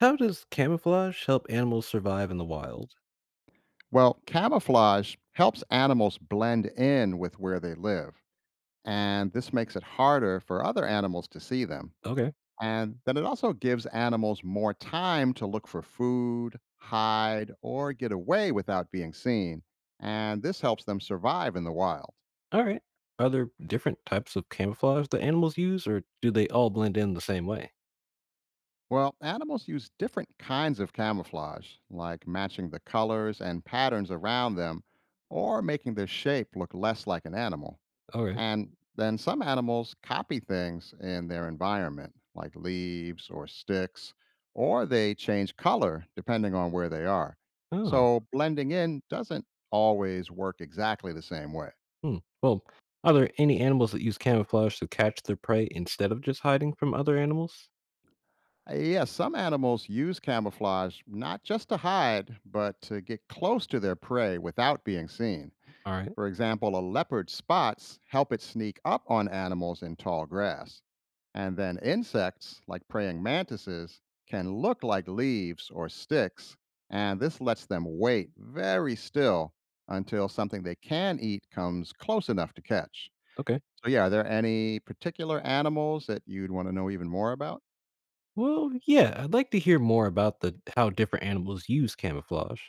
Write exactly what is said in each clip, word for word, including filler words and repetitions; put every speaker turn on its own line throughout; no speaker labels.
How does camouflage help animals survive in the wild?
Well, camouflage helps animals blend in with where they live, and this makes it harder for other animals to see them.
Okay.
And then it also gives animals more time to look for food, hide, or get away without being seen. And this helps them survive in the wild.
All right. Are there different types of camouflage that animals use, or do they all blend in the same way?
Well, animals use different kinds of camouflage, like matching the colors and patterns around them or making their shape look less like an animal.
Okay.
And then some animals copy things in their environment, like leaves or sticks, or they change color depending on where they are.
Oh.
So blending in doesn't always work exactly the same way.
Hmm. Well, are there any animals that use camouflage to catch their prey instead of just hiding from other animals?
Uh, Yes, some animals use camouflage not just to hide, but to get close to their prey without being seen.
All right.
For example, a leopard's spots help it sneak up on animals in tall grass. And then insects, like praying mantises, can look like leaves or sticks, and this lets them wait very still until something they can eat comes close enough to catch.
Okay.
So, yeah, are there any particular animals that you'd want to know even more about?
Well, yeah, I'd like to hear more about the how different animals use camouflage.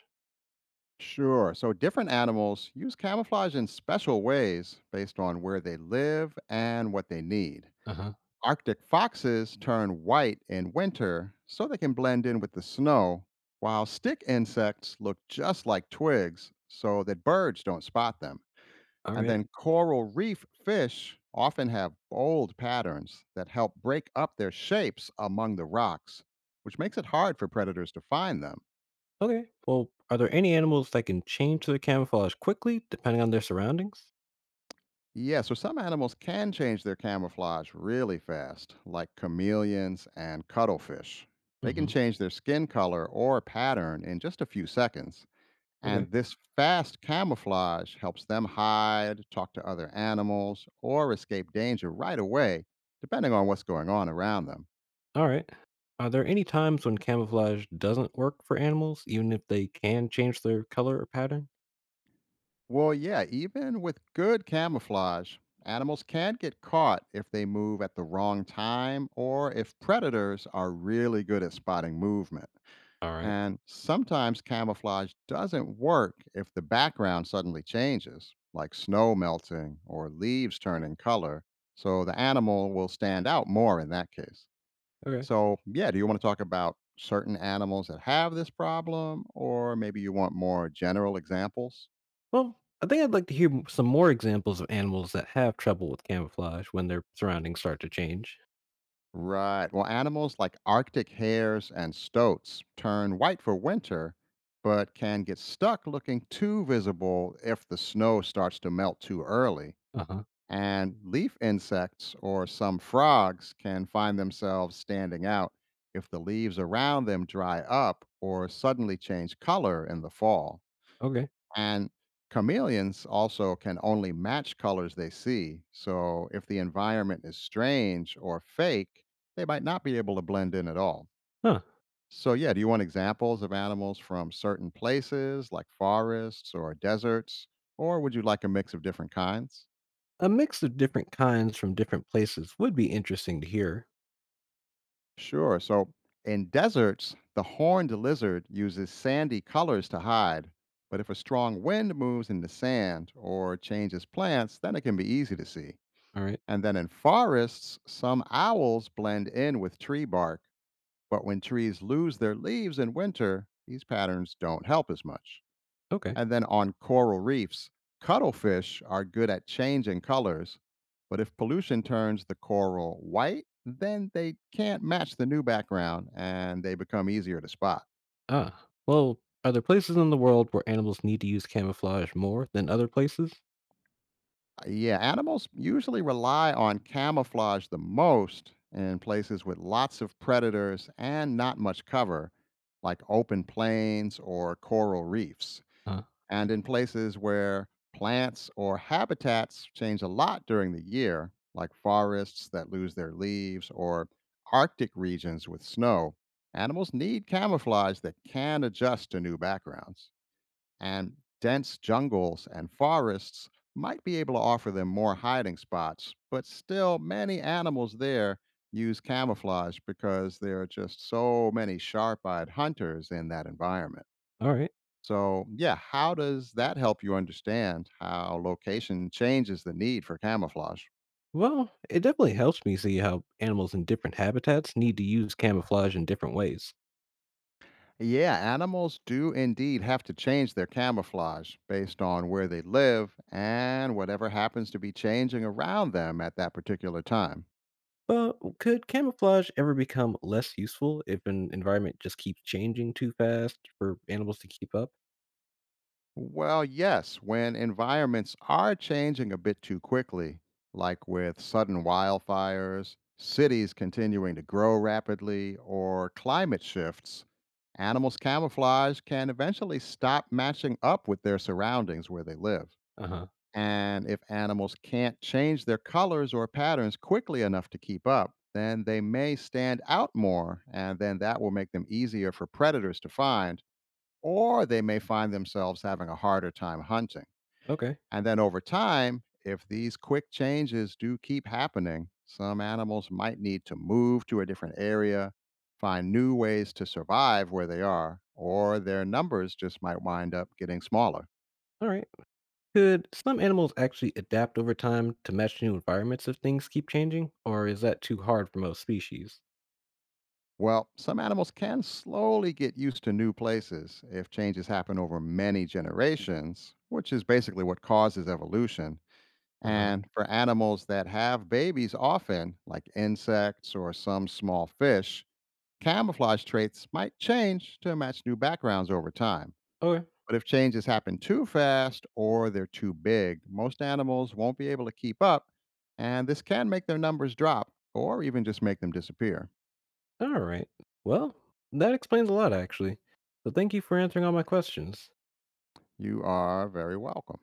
Sure. So, different animals use camouflage in special ways based on where they live and what they need.
Uh-huh.
Arctic foxes turn white in winter so they can blend in with the snow, while stick insects look just like twigs so that birds don't spot them.
All
And
right.
then coral reef fish often have bold patterns that help break up their shapes among the rocks, which makes it hard for predators to find them.
Okay. Well, are there any animals that can change their camouflage quickly depending on their surroundings?
Yeah, so some animals can change their camouflage really fast, like chameleons and cuttlefish. They can
Mm-hmm.
change their skin color or pattern in just a few seconds. And
Okay.
this fast camouflage helps them hide, talk to other animals, or escape danger right away, depending on what's going on around them.
All right. Are there any times when camouflage doesn't work for animals, even if they can change their color or pattern?
Well, yeah, even with good camouflage, animals can get caught if they move at the wrong time or if predators are really good at spotting movement.
All right.
And sometimes camouflage doesn't work if the background suddenly changes, like snow melting or leaves turning color. So the animal will stand out more in that case.
Okay.
So, yeah, do you want to talk about certain animals that have this problem, or maybe you want more general examples?
Well, I think I'd like to hear m- some more examples of animals that have trouble with camouflage when their surroundings start to change.
Right. Well, animals like Arctic hares and stoats turn white for winter, but can get stuck looking too visible if the snow starts to melt too early.
Uh huh.
And leaf insects or some frogs can find themselves standing out if the leaves around them dry up or suddenly change color in the fall.
Okay.
And chameleons also can only match colors they see. So if the environment is strange or fake, they might not be able to blend in at all.
Huh.
So, yeah, do you want examples of animals from certain places like forests or deserts? Or would you like a mix of different kinds?
A mix of different kinds from different places would be interesting to hear.
Sure. So in deserts, the horned lizard uses sandy colors to hide. But if a strong wind moves in the sand or changes plants, then it can be easy to see.
All right.
And then in forests, some owls blend in with tree bark. But when trees lose their leaves in winter, these patterns don't help as much.
Okay.
And then on coral reefs, cuttlefish are good at changing colors, but if pollution turns the coral white, then they can't match the new background and they become easier to spot.
Ah. Well, are there places in the world where animals need to use camouflage more than other places?
Uh, Yeah, animals usually rely on camouflage the most in places with lots of predators and not much cover, like open plains or coral reefs.
Uh,
And in places where plants or habitats change a lot during the year, like forests that lose their leaves or Arctic regions with snow, animals need camouflage that can adjust to new backgrounds. And dense jungles and forests might be able to offer them more hiding spots, but still, many animals there use camouflage because there are just so many sharp eyed hunters in that environment.
all right.
So, yeah, how does that help you understand how location changes the need for camouflage?
Well, it definitely helps me see how animals in different habitats need to use camouflage in different ways.
Yeah, animals do indeed have to change their camouflage based on where they live and whatever happens to be changing around them at that particular time.
But could camouflage ever become less useful if an environment just keeps changing too fast for animals to keep up?
Well, yes, when environments are changing a bit too quickly, like with sudden wildfires, cities continuing to grow rapidly, or climate shifts, animals' camouflage can eventually stop matching up with their surroundings where they live.
Uh huh.
And if animals can't change their colors or patterns quickly enough to keep up, then they may stand out more, and then that will make them easier for predators to find or they may find themselves having a harder time hunting.
Okay.
And then over time, if these quick changes do keep happening, some animals might need to move to a different area, find new ways to survive where they are, or their numbers just might wind up getting smaller.
All right. Could some animals actually adapt over time to match new environments if things keep changing? Or is that too hard for most species?
Well, some animals can slowly get used to new places if changes happen over many generations, which is basically what causes evolution.
Uh huh.
And for animals that have babies, often, like insects or some small fish, camouflage traits might change to match new backgrounds over time.
Okay.
But if changes happen too fast or they're too big, most animals won't be able to keep up, and this can make their numbers drop or even just make them disappear.
All right. Well, that explains a lot, actually. So thank you for answering all my questions.
You are very welcome.